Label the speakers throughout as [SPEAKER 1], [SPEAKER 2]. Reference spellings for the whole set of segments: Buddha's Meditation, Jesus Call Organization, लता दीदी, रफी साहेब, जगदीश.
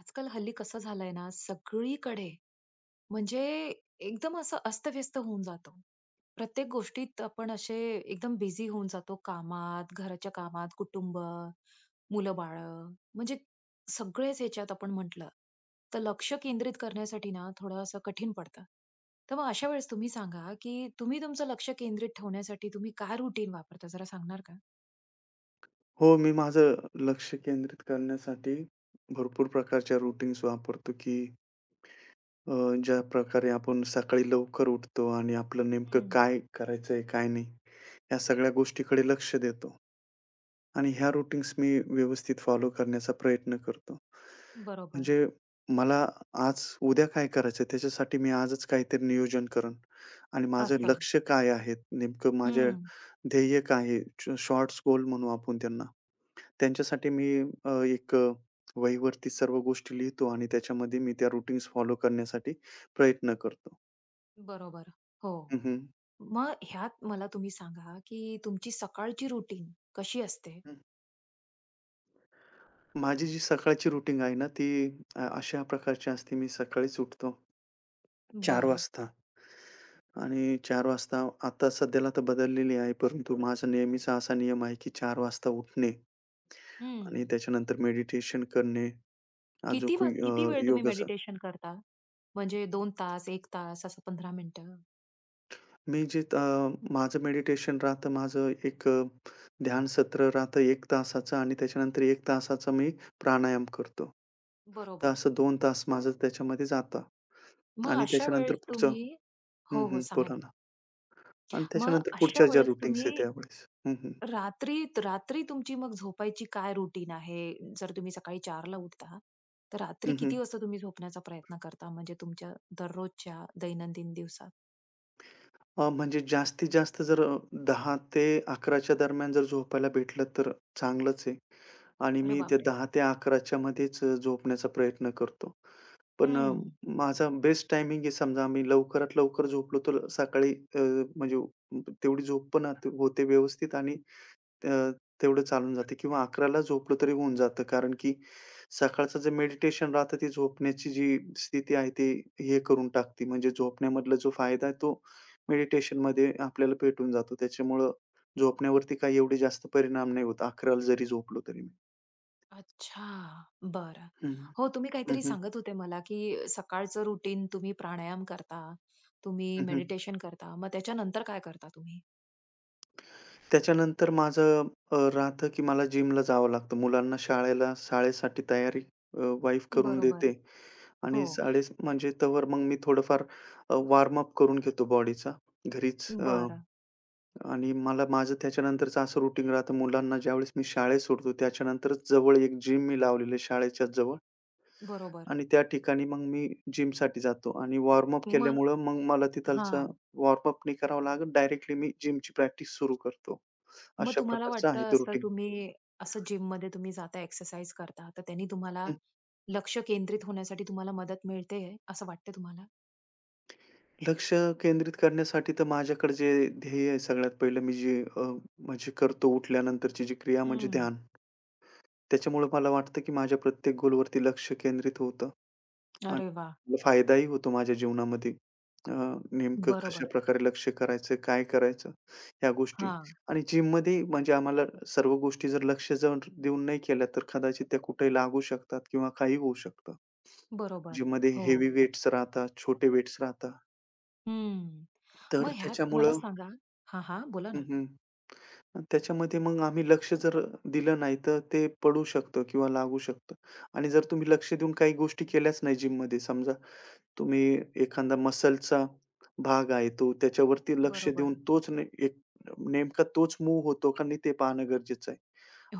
[SPEAKER 1] आजकाल हल्ली कसं झालंय ना, सगळीकडे म्हणजे एकदम असं अस्तव्यस्त होऊन जातो. प्रत्येक गोष्टीत आपण असे एकदम बिझी होऊन जातो कामात, घराच्या कामात, कुटुंब, मुलं-बाळं सगळेच ह्याच्यात आपण म्हटलं, तर लक्ष केंद्रित करण्यासाठी ना थोडं असं कठीण पडतं. तर मग अशा वेळेस तुम्ही सांगा, की तुम्ही तुमचं लक्ष केंद्रित ठेवण्यासाठी तुम्ही काय रुटीन वापरता जरा सांगणार का?
[SPEAKER 2] हो, मी माझं लक्ष केंद्रित करण्यासाठी भरपूर प्रकारच्या रूटीन्स वापरतो, की अ, ज्या प्रकारे आपण सकाळी लवकर उठतो आणि आपलं नेमकं
[SPEAKER 1] हं,
[SPEAKER 2] काय करायचंय, काय नाही, या सगळ्या गोष्टीकडे लक्ष देतो आणि ह्या रूटीन्स मी व्यवस्थित फॉलो करण्याचा प्रयत्न करतो.
[SPEAKER 1] बरोबर
[SPEAKER 2] म्हणजे मला आज, उद्या काय करायचंय, त्याच्यासाठी मी आजच काहीतरी नियोजन करेन आणि माझं
[SPEAKER 1] असं.
[SPEAKER 2] लक्ष काय आहे, नेमकं माझं
[SPEAKER 1] हं,
[SPEAKER 2] ध्येय काय आहे, शॉर्ट्स गोल म्हणू आपण त्यांना. त्यांच्यासाठी मी अ, एक अ, वहीवरती सर्व गोष्टी लिहितो आणि त्याच्यामध्ये मी त्या रूटीन्स फॉलो करण्यासाठी प्रयत्न करतो.
[SPEAKER 1] बरोबर. हो.
[SPEAKER 2] हं, हं.
[SPEAKER 1] मग ह्यात मला तुम्ही सांगा, की तुमची सकाळची रुटीन कशी असते?
[SPEAKER 2] हं. माझी जी सकाळची रूटीन आहे ना, ती अशा प्रकारची असते. मी सकाळीच उठतो चार
[SPEAKER 1] बरं.
[SPEAKER 2] वाजता आणि 4:00 वाजता आता सध्याला तर बदललेली आहे, परंतु माझा नेहमीचा असा नियम आहे, की 4:00 वाजता उठणे
[SPEAKER 1] हं.
[SPEAKER 2] आणि त्याच्यानंतर मेडिटेशन करणे, अजून
[SPEAKER 1] किती वेळ तुम्ही
[SPEAKER 2] योग
[SPEAKER 1] मेडिटेशन करता? म्हणजे 2 तास, एक तास असं 15 मिनिटं?
[SPEAKER 2] मी जे माझं मेडिटेशन राहतं, माझं ध्यान सत्र राहतं 1 तासाचं आणि त्याच्यानंतर 1 तासाचा मी प्राणायाम करतो. तर
[SPEAKER 1] बरोबर.
[SPEAKER 2] असं 2 तास माझं त्याच्यामध्ये जातं.
[SPEAKER 1] मग
[SPEAKER 2] आणि
[SPEAKER 1] अशा
[SPEAKER 2] त्याच्यानंतर
[SPEAKER 1] वेळेस
[SPEAKER 2] पुढचं
[SPEAKER 1] तुम्ही हो,
[SPEAKER 2] हं,
[SPEAKER 1] हो,
[SPEAKER 2] हं.
[SPEAKER 1] सांगा
[SPEAKER 2] बोला
[SPEAKER 1] ना.
[SPEAKER 2] ना. आणि
[SPEAKER 1] मग
[SPEAKER 2] त्याच्यानंतर
[SPEAKER 1] अशा
[SPEAKER 2] पुढच्या ज्या
[SPEAKER 1] वेळेस
[SPEAKER 2] रूटीन्स आहेत
[SPEAKER 1] तुम्ही
[SPEAKER 2] त्यावेळेस. हं, हं.
[SPEAKER 1] रात्री रात्री तुमची मग झोपायची काय रुटीन आहे? जर तुम्ही सकाळी 4:00 उठता, तर रात्री
[SPEAKER 2] हं, हं.
[SPEAKER 1] किती वाजता तुम्ही झोपण्याचा प्रयत्न करता? म्हणजे तुमच्या दररोजच्या दैनंदिन दिवसात?
[SPEAKER 2] म्हणजे जास्तीत जास्त जर 10 ते 11 दरम्यान जर झोपायला भेटलं तर चांगलंच आहे. आणि
[SPEAKER 1] अरे
[SPEAKER 2] मी त्या
[SPEAKER 1] बापरे!
[SPEAKER 2] 10 ते 11 मध्येच झोपण्याचा प्रयत्न करतो. पण
[SPEAKER 1] हं.
[SPEAKER 2] माझा बेस्ट टायमिंग आहे समजा आम्ही लवकरात लवकर झोपलो तर सकाळी म्हणजे तेवढी झोप पण आत होते व्यवस्थित आणि अ, तेवढं चालून जाते किंवा 11:00ला झोपलो तरी होऊन जातं. कारण की सकाळचं जे मेडिटेशन राहतं ती झोपण्याची जी स्थिती आहे ती हे करून टाकते. म्हणजे झोपण्यामधला जो फायदा आहे तो मेडिटेशनमध्ये आपल्याला भेटून जातो. त्याच्यामुळं झोपण्यावरती काही एवढे जास्त परिणाम नाही होत 11:00ला जरी झोपलो तरी मी.
[SPEAKER 1] अच्छा. बरं.
[SPEAKER 2] हं, हं.
[SPEAKER 1] हो, तुम्ही
[SPEAKER 2] हं,
[SPEAKER 1] काहीतरी
[SPEAKER 2] हं.
[SPEAKER 1] सांगत होते मला, की सकाळचं रुटीन तुम्ही प्राणायाम करता, तुम्ही मेडिटेशन करता. मग त्याच्यानंतर काय करता तुम्ही?
[SPEAKER 2] त्याच्यानंतर माझं राहतं की मला जिमला जावं लागतं. मुलांना शाळेला शाळेसाठी तयारी वाईफ करून
[SPEAKER 1] बरोबर.
[SPEAKER 2] देते
[SPEAKER 1] हो.
[SPEAKER 2] आणि साडे म्हणजे तोवर मग मी थोडंफार वॉर्म अप करून घेतो बॉडीचा घरीच
[SPEAKER 1] बरं.
[SPEAKER 2] आणि मला माझं त्याच्यानंतरचं असं रुटीन राहतं मुलांना ज्यावेळेस मी शाळेत सोडतो त्याच्यानंतरच जवळ एक जिम मी लावलेली आहे शाळेच्या जवळ
[SPEAKER 1] बरोबर.
[SPEAKER 2] आणि त्या ठिकाणी मग मी जिमसाठी जातो आणि वॉर्म अप
[SPEAKER 1] मग
[SPEAKER 2] केल्यामुळं मग मला तिथलचा
[SPEAKER 1] हां.
[SPEAKER 2] वॉर्म अप नाही करावं लागत, डायरेक्टली मी जिमची प्रॅक्टिस सुरू करतो.
[SPEAKER 1] मग
[SPEAKER 2] अशा
[SPEAKER 1] तुम्हाला
[SPEAKER 2] प्रकारचं आहे
[SPEAKER 1] वाटतं
[SPEAKER 2] ते
[SPEAKER 1] असं
[SPEAKER 2] रुटीन.
[SPEAKER 1] तुम्ही असं जिममध्ये तुम्ही जाता, एक्सरसाइज करता, तर त्यांनी तुम्हाला
[SPEAKER 2] हं.
[SPEAKER 1] लक्ष केंद्रित होण्यासाठी तुम्हाला मदत मिळते असं वाटतं तुम्हाला?
[SPEAKER 2] लक्ष केंद्रित करण्यासाठी तर माझ्याकडे जे ध्येय आहे सगळ्यात पहिलं मी जे म्हणजे करतो उठल्यानंतरची जी क्रिया म्हणजे
[SPEAKER 1] हं.
[SPEAKER 2] ध्यान. त्याच्यामुळे मला वाटतं की माझ्या प्रत्येक गोलवरती लक्ष केंद्रित होतं. आणि
[SPEAKER 1] अरे वाह!
[SPEAKER 2] मला फायदाही होतो माझ्या जीवनामध्ये. अ, नेमकं
[SPEAKER 1] बरोबर.
[SPEAKER 2] कशाप्रकारे लक्ष करायचं, काय करायचं ह्या गोष्टी.
[SPEAKER 1] हां.
[SPEAKER 2] आणि जिममध्ये म्हणजे आम्हाला सर्व गोष्टी जर लक्ष जर देऊन नाही केल्या, तर कदाचित त्या कुठेही लागू शकतात किंवा काही होऊ शकतं.
[SPEAKER 1] बरोबर.
[SPEAKER 2] जिममध्ये
[SPEAKER 1] हो.
[SPEAKER 2] हेवी वेट्स राहतात, छोटे वेट्स राहतात.
[SPEAKER 1] हं.
[SPEAKER 2] तर
[SPEAKER 1] मग ह्यात मला
[SPEAKER 2] त्याच्यामुळं
[SPEAKER 1] सांगा हां, हां. बोला
[SPEAKER 2] हं,
[SPEAKER 1] ना.
[SPEAKER 2] हं. त्याच्यामध्ये मग आम्ही लक्ष जर दिलं नाही, तर ते पडू शकतं किंवा लागू शकतं. आणि जर तुम्ही लक्ष देऊन काही गोष्टी केल्याच नाही जिममध्ये समजा तुम्ही एखादा मसलचा भाग आहे तो त्याच्यावरती लक्ष देऊन
[SPEAKER 1] बरोबर.
[SPEAKER 2] तोच ने एक नेमका तोच मूव्ह होतो का नाही ते पाहणं गरजेचं आहे.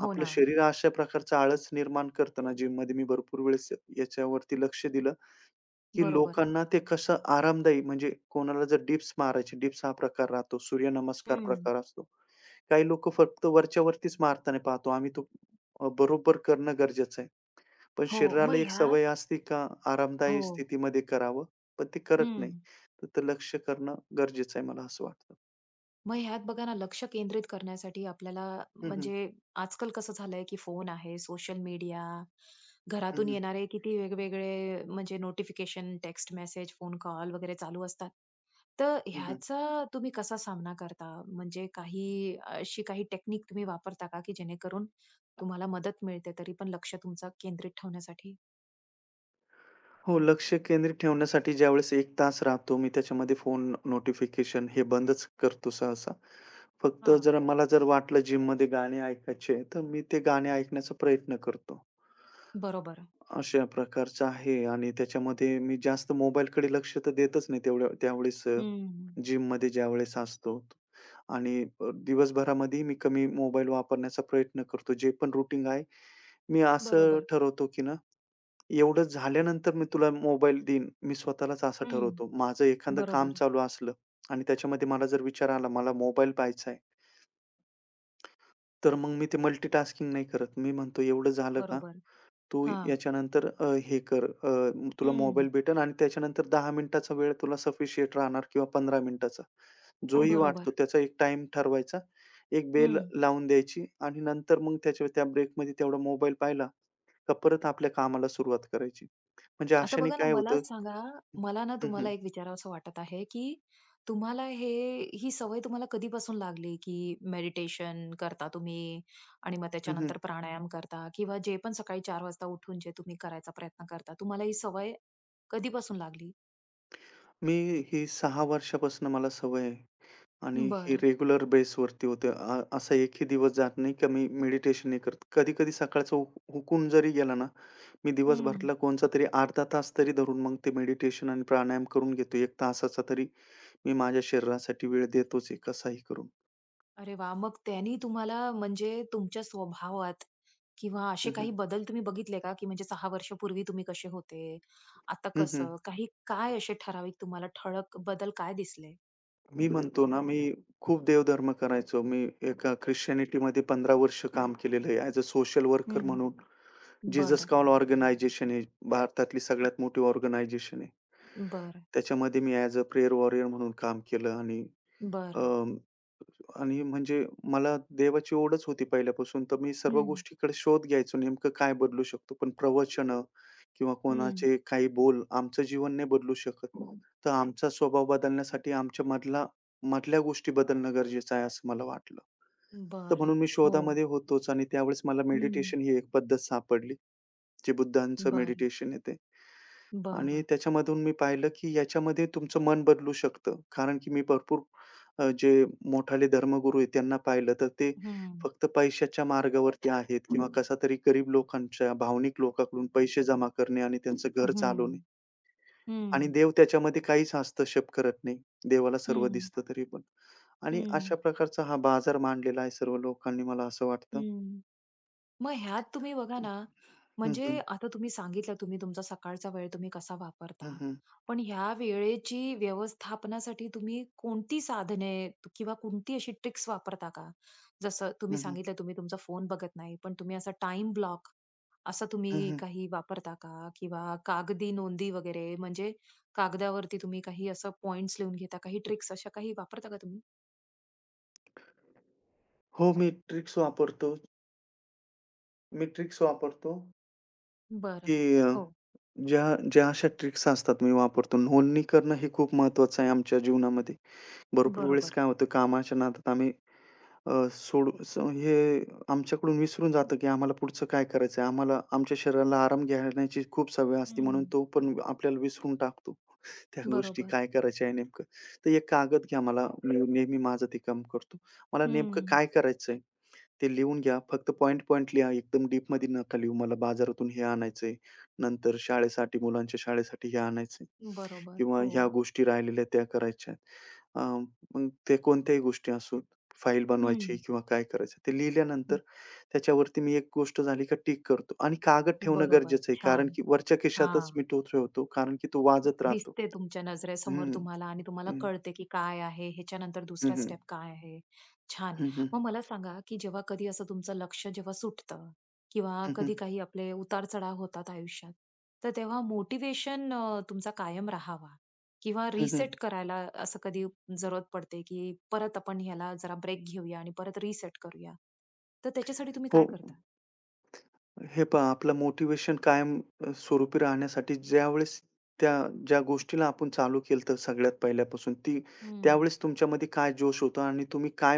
[SPEAKER 1] हो
[SPEAKER 2] आपलं
[SPEAKER 1] ना.
[SPEAKER 2] शरीर अशा प्रकारचा आळस निर्माण करतं ना जिममध्ये मी भरपूर वेळेस याच्यावरती लक्ष दिलं, की
[SPEAKER 1] बरोबर.
[SPEAKER 2] लोकांना ते कसं आरामदायी म्हणजे कोणाला जर डिप्स मारायची डिप्स हा प्रकार राहतो. सूर्यनमस्कार
[SPEAKER 1] हं.
[SPEAKER 2] प्रकार असतो. काही लोकं फक्त वरच्या वरतीच मारताना पाहतो. आम्ही तो बरोबर करणं गरजेचं आहे. पण
[SPEAKER 1] हो. मग
[SPEAKER 2] शरीराला एक
[SPEAKER 1] ह्यात
[SPEAKER 2] सवय असते का
[SPEAKER 1] हो.
[SPEAKER 2] आरामदायी स्थितीमध्ये करावं, पण ते करत नाही.
[SPEAKER 1] हं.
[SPEAKER 2] तर ते लक्ष करणं गरजेचं आहे मला असं वाटतं.
[SPEAKER 1] मग ह्यात बघा ना लक्ष केंद्रित करण्यासाठी आपल्याला
[SPEAKER 2] हं, हं.
[SPEAKER 1] म्हणजे आजकाल कसं झालंय की फोन आहे, सोशल मीडिया,
[SPEAKER 2] हं,
[SPEAKER 1] घरातून
[SPEAKER 2] हं.
[SPEAKER 1] येणारे किती वेगवेगळे म्हणजे notification, text message, phone call वगैरे चालू असतात. तर
[SPEAKER 2] हं, हं.
[SPEAKER 1] ह्याचा तुम्ही कसा सामना करता? म्हणजे काही अशी काही टेक्निक तुम्ही वापरता का, की जेणेकरून तुम्हाला मदत मिळते तरी पण लक्ष तुमचं केंद्रित ठेवण्यासाठी?
[SPEAKER 2] हो, लक्ष केंद्रित ठेवण्यासाठी ज्यावेळेस 1 तास राहतो मी त्याच्यामध्ये फोन नोटिफिकेशन हे बंदच करतो सहसा. फक्त
[SPEAKER 1] हां.
[SPEAKER 2] जर मला जर वाटलं जिममध्ये गाणे ऐकायचे, तर मी ते गाणे ऐकण्याचा प्रयत्न करतो.
[SPEAKER 1] बरोबर.
[SPEAKER 2] अशा प्रकारचं आहे आणि त्याच्यामध्ये मी जास्त मोबाईलकडे लक्ष तर देतच नाही तेवढ्या त्यावेळेस
[SPEAKER 1] हं.
[SPEAKER 2] जिममध्ये ज्यावेळेस असतो आणि दिवसभरामध्ये मी कमी मोबाईल वापरण्याचा प्रयत्न करतो. जे पण रुटीन आहे, मी असं
[SPEAKER 1] बरोबर.
[SPEAKER 2] ठरवतो की ना, एवढं झाल्यानंतर मी तुला मोबाईल देईन. मी स्वतःलाच असं
[SPEAKER 1] हं.
[SPEAKER 2] ठरवतो. माझं एखादं काम
[SPEAKER 1] बरोबर.
[SPEAKER 2] चालू असलं आणि त्याच्यामध्ये मला जर विचार आला, मला मोबाईल पाहायचा आहे, तर मग मी ते मल्टीटास्किंग नाही करत. मी म्हणतो एवढं झालं का
[SPEAKER 1] बरोबर.
[SPEAKER 2] तू
[SPEAKER 1] हां.
[SPEAKER 2] याच्यानंतर अ, हे कर अ, तुला
[SPEAKER 1] हं.
[SPEAKER 2] मोबाईल भेटेल आणि त्याच्यानंतर 10 मिनिटाचा वेळ तुला सफिशियंट राहणार किंवा 15 मिनिटाचा. जोही वाटतो
[SPEAKER 1] बरोबर.
[SPEAKER 2] त्याचा एक टाइम ठरवायचा. एक बेल
[SPEAKER 1] हं.
[SPEAKER 2] लावून द्यायची आणि नंतर मग त्याच्या त्या ब्रेकमध्ये तेवढा मोबाईल पाहिला, का परत आपल्या कामाला सुरुवात करायची. म्हणजे
[SPEAKER 1] आता
[SPEAKER 2] अशाने
[SPEAKER 1] बघा ना,
[SPEAKER 2] काय
[SPEAKER 1] मला
[SPEAKER 2] होतं
[SPEAKER 1] सांगा, मला ना
[SPEAKER 2] हं, हं.
[SPEAKER 1] तुम्हाला एक विचारावसं वाटत आहे, की तुम्हाला हे ही सवय तुम्हाला कधीपासून लागली, की मेडिटेशन करता तुम्ही आणि मग
[SPEAKER 2] हं, हं.
[SPEAKER 1] त्याच्यानंतर प्राणायाम करता किंवा जे पण सकाळी 4 वाजता उठून जे तुम्ही करायचा प्रयत्न करता, तुम्हाला ही सवय कधीपासून लागली?
[SPEAKER 2] मी ही 6 वर्षापासून मला सवय आहे आणि ही
[SPEAKER 1] बरं.
[SPEAKER 2] रेग्युलर बेसवरती होते. असा एकही दिवस जात नाही, का मी मेडिटेशन नाही करत. कधी-कधी सकाळचं हुकून जरी गेला ना, मी
[SPEAKER 1] हं.
[SPEAKER 2] दिवसभरातला कोणचा तरी अर्धा तास तरी धरून मग ते मेडिटेशन आणि प्राणायाम करून घेतो. एक तासाचा तरी मी माझ्या शरीरासाठी वेळ देतोच आहे कसाही करून.
[SPEAKER 1] अरे वाह! मग त्यांनी तुम्हाला म्हणजे तुमच्या स्वभावात किंवा असे
[SPEAKER 2] हं, हं.
[SPEAKER 1] काही बदल तुम्ही बघितले का? की म्हणजे 6 वर्षापूर्वी तुम्ही कसे होते, आता
[SPEAKER 2] हं, हं.
[SPEAKER 1] कसं? काही काय असे ठराविक तुम्हाला ठळक बदल काय दिसले?
[SPEAKER 2] मी म्हणतो ना, मी खूप देवधर्म करायचो. मी एका ख्रिश्चनिटीमध्ये 15 वर्ष काम केलेलं आहे ॲज अ सोशल वर्कर
[SPEAKER 1] हं.
[SPEAKER 2] म्हणून. जीसस
[SPEAKER 1] बरं,
[SPEAKER 2] कॉल ऑर्गनायझेशन आहे. भारतातली सगळ्यात मोठी ऑर्गनायझेशन आहे.
[SPEAKER 1] बरं,
[SPEAKER 2] त्याच्यामध्ये मी ॲज अ प्रेयर वॉरियर म्हणून काम केलं आणि
[SPEAKER 1] बरं.
[SPEAKER 2] अं, आणि म्हणजे मला देवाची ओढच होती पहिल्यापासून, तर मी सर्व
[SPEAKER 1] हं,
[SPEAKER 2] गोष्टीकडे शोध घ्यायचो, नेमकं काय बदलू शकतो? पण प्रवचन किंवा
[SPEAKER 1] हं.
[SPEAKER 2] कोणाचे काही बोल आमचं जीवन नाही बदलू शकत. तर आमचा स्वभाव बदलण्यासाठी आमच्या मधला मधल्या गोष्टी बदलणं गरजेचं आहे, असं मला वाटलं. तर
[SPEAKER 1] बरं.
[SPEAKER 2] म्हणून मी
[SPEAKER 1] हो.
[SPEAKER 2] शोधामध्ये होतोच आणि त्यावेळेस मला
[SPEAKER 1] हं.
[SPEAKER 2] मेडिटेशन ही एक पद्धत सापडली, जे बुद्धांचं
[SPEAKER 1] बरं,
[SPEAKER 2] मेडिटेशन आहे आणि
[SPEAKER 1] बरं.
[SPEAKER 2] त्याच्यामधून मी पाहिलं, की याच्यामध्ये तुमचं मन बदलू शकतं. कारण की मी भरपूर जे मोठाले धर्मगुरू आहेत त्यांना पाहिलं, तर ते
[SPEAKER 1] हं,
[SPEAKER 2] फक्त पैशाच्या मार्गावरती आहेत किंवा कसातरी गरीब लोकांच्या, भावनिक लोकांकडून पैसे जमा करणे आणि त्यांचं घर चालवणे
[SPEAKER 1] हं,
[SPEAKER 2] आणि
[SPEAKER 1] हं,
[SPEAKER 2] देव त्याच्यामध्ये काहीच हस्तक्षेप करत नाही. देवाला सर्व
[SPEAKER 1] हं,
[SPEAKER 2] दिसतं तरी पण आणि
[SPEAKER 1] हं,
[SPEAKER 2] अशा प्रकारचा हा बाजार मांडलेला आहे सर्व लोकांनी मला असं वाटतं.
[SPEAKER 1] हं. मग ह्यात तुम्ही बघा ना,
[SPEAKER 2] हं,
[SPEAKER 1] म्हणजे
[SPEAKER 2] हं.
[SPEAKER 1] आता तुम्ही सांगितलं तुम्ही तुमचा सकाळचा वेळ तुम्ही कसा
[SPEAKER 2] हं,
[SPEAKER 1] वापरता.
[SPEAKER 2] हं.
[SPEAKER 1] पण ह्या वेळेची व्यवस्थापनासाठी तुम्ही कोणती साधने तु- किंवा कोणती अशी ट्रिक्स वापरता का? जसं तुम्ही
[SPEAKER 2] हं, हं.
[SPEAKER 1] सांगितलं तुम्ही तुमचा फोन बघत नाही, पण तुम्ही असा टाईम ब्लॉक असं तुम्ही काही वापरता का? किंवा कागदी नोंदी वगैरे कागदावरती तुम्ही काही असं पॉइंट्स लिहून घेता, काही ट्रिक्स अशा काही वापरता का तुम्ही?
[SPEAKER 2] हो, मी ट्रिक्स वापरतो,
[SPEAKER 1] बरं.
[SPEAKER 2] की
[SPEAKER 1] हो,
[SPEAKER 2] ज्या ज्या अशा ट्रिक्स असतात मी वापरतो. नोंदणी करणं हे खूप महत्त्वाचं आहे आमच्या जीवनामध्ये. भरपूर वेळेस
[SPEAKER 1] बरोबर.
[SPEAKER 2] काय होतं कामाच्या नादात आम्ही अ, सोडू स हे आमच्याकडून विसरून जातं, की आम्हाला पुढचं काय करायचं आहे. आम्हाला आमच्या शरीराला आराम घेण्याची खूप सवय असते
[SPEAKER 1] हं.
[SPEAKER 2] म्हणून तो पण आपल्याला विसरून टाकतो. त्या गोष्टी
[SPEAKER 1] बरोबर.
[SPEAKER 2] काय करायच्या आहे नेमकं. तर एक कागद घ्या मला, मी नेहमी माझं ते काम करतो. मला नेमकं
[SPEAKER 1] हं.
[SPEAKER 2] काय करायचंय? ते लिहून घ्या. फक्त पॉइंट-पॉइंट लिहा. एकदम डीप डीपमध्ये नका लिहू. मला बाजारातून हे आणायचंय, नंतर शाळेसाठी मुलांच्या शाळेसाठी हे आणायचंय
[SPEAKER 1] बरोबर.
[SPEAKER 2] किंवा
[SPEAKER 1] हो.
[SPEAKER 2] ह्या गोष्टी राहिलेल्या त्या करायच्या आहेत. मग ते कोणत्याही गोष्टी असो, फाईल
[SPEAKER 1] हं.
[SPEAKER 2] बनवायची किंवा काय करायचं. ते लिहिल्यानंतर
[SPEAKER 1] हं.
[SPEAKER 2] त्याच्यावरती मी एक गोष्ट झाली का टिक करतो आणि कागद ठेवणं
[SPEAKER 1] बरोबर.
[SPEAKER 2] गरजेचं आहे. कारण
[SPEAKER 1] छान.
[SPEAKER 2] की वरच्या खिशातच
[SPEAKER 1] हां.
[SPEAKER 2] मी तो ठेवतो. कारण की तो वाजत राहतो.
[SPEAKER 1] दिसते तुमच्या
[SPEAKER 2] हं,
[SPEAKER 1] नजरेसमोर
[SPEAKER 2] हं,
[SPEAKER 1] तुम्हाला आणि तुम्हाला
[SPEAKER 2] हं, हं.
[SPEAKER 1] कळते, की काय आहे, ह्याच्यानंतर
[SPEAKER 2] हं,
[SPEAKER 1] दुसरा
[SPEAKER 2] हं.
[SPEAKER 1] स्टेप काय आहे. छान.
[SPEAKER 2] हं, हं.
[SPEAKER 1] मग मला सांगा, की जेव्हा कधी असं तुमचं लक्ष जेव्हा सुटतं किंवा कधी काही आपले उतार-चढाव होतात आयुष्यात, तर तेव्हा मोटिव्हेशन तुमचा कायम राहावा किंवा रिसेट करायला असं कधी जरूरत पडते, की परत आपण ह्याला जरा ब्रेक घेऊया आणि परत रिसेट करूया. तर त्याच्यासाठी तुम्ही
[SPEAKER 2] हो.
[SPEAKER 1] काय करता?
[SPEAKER 2] हे पहा, आपलं मोटिव्हेशन कायम स्वरूपी राहण्यासाठी ज्यावेळेस त्या ज्या गोष्टीला आपण चालू केलं तर सगळ्यात पहिल्यापासून ती
[SPEAKER 1] हं.
[SPEAKER 2] त्यावेळेस तुमच्यामध्ये काय जोश होता आणि तुम्ही काय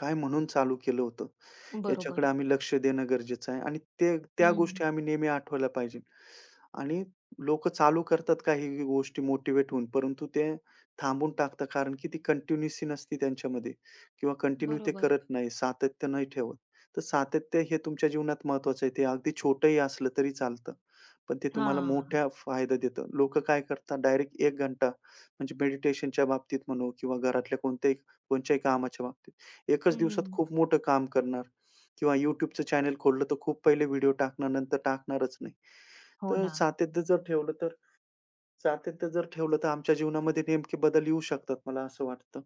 [SPEAKER 2] काय म्हणून चालू केलं होतं, याच्याकडे
[SPEAKER 1] बरोबर.
[SPEAKER 2] आम्ही लक्ष देणं गरजेचं आहे आणि ते त्या
[SPEAKER 1] हं.
[SPEAKER 2] गोष्टी आम्ही नेहमी आठवायला पाहिजे. आणि लोकं चालू करतात काही गोष्टी मोटिव्हेट होऊन, परंतु ते थांबवून टाकतात कारण की ती कंटिन्यूसी नसते त्यांच्यामध्ये किंवा कंटिन्यू ते
[SPEAKER 1] बरोबर.
[SPEAKER 2] करत नाही, सातत्य नाही ठेवत. तर सातत्य हे तुमच्या जीवनात महत्वाचं आहे. ते अगदी छोटंही असलं तरी चालतं. पण ते तुम्हाला
[SPEAKER 1] हां.
[SPEAKER 2] मोठा फायदा देतं. लोकं काय करतात डायरेक्ट एक घंटा म्हणजे मेडिटेशनच्या बाबतीत म्हणू किंवा घरातल्या कोणत्याही कोणत्याही कामाच्या बाबतीत. एकाच दिवसात
[SPEAKER 1] हं.
[SPEAKER 2] खूप मोठं काम करणार किंवा YouTubeचं चॅनेल खोललं तर खूप पहिले व्हिडिओ टाकणार, नंतर टाकणारच नाही.
[SPEAKER 1] हो
[SPEAKER 2] तर
[SPEAKER 1] ना.
[SPEAKER 2] सातत्य जर ठेवलं तर आमच्या जीवनामध्ये नेमके बदल येऊ शकतात मला असं वाटतं.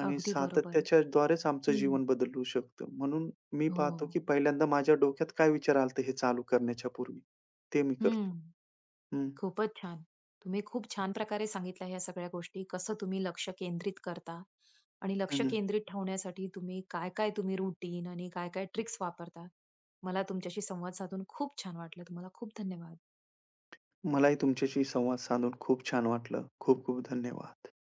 [SPEAKER 2] आणि
[SPEAKER 1] अगदी बरोबर.
[SPEAKER 2] सातत्याच्याद्वारेच आमचं
[SPEAKER 1] हं.
[SPEAKER 2] जीवन बदलू शकतं. म्हणून मी
[SPEAKER 1] हो.
[SPEAKER 2] पाहतो की पहिल्यांदा माझ्या डोक्यात काय विचार आले हे चालू करण्याच्या पूर्वी, ते मी
[SPEAKER 1] हं.
[SPEAKER 2] करतो. हं.
[SPEAKER 1] खूपच छान. तुम्ही खूप छान प्रकारे सांगितल्या ह्या सगळ्या गोष्टी. कसं तुम्ही लक्ष केंद्रित करता आणि लक्ष
[SPEAKER 2] हं, हं.
[SPEAKER 1] केंद्रित ठेवण्यासाठी तुम्ही काय-काय तुम्ही रुटीन आणि काय-काय ट्रिक्स वापरता. मला तुमच्याशी संवाद साधून खूप छान वाटलं. तुम्हाला खूप धन्यवाद.
[SPEAKER 2] मलाही तुमच्याशी संवाद साधून खूप छान वाटलं. खूप खूप धन्यवाद.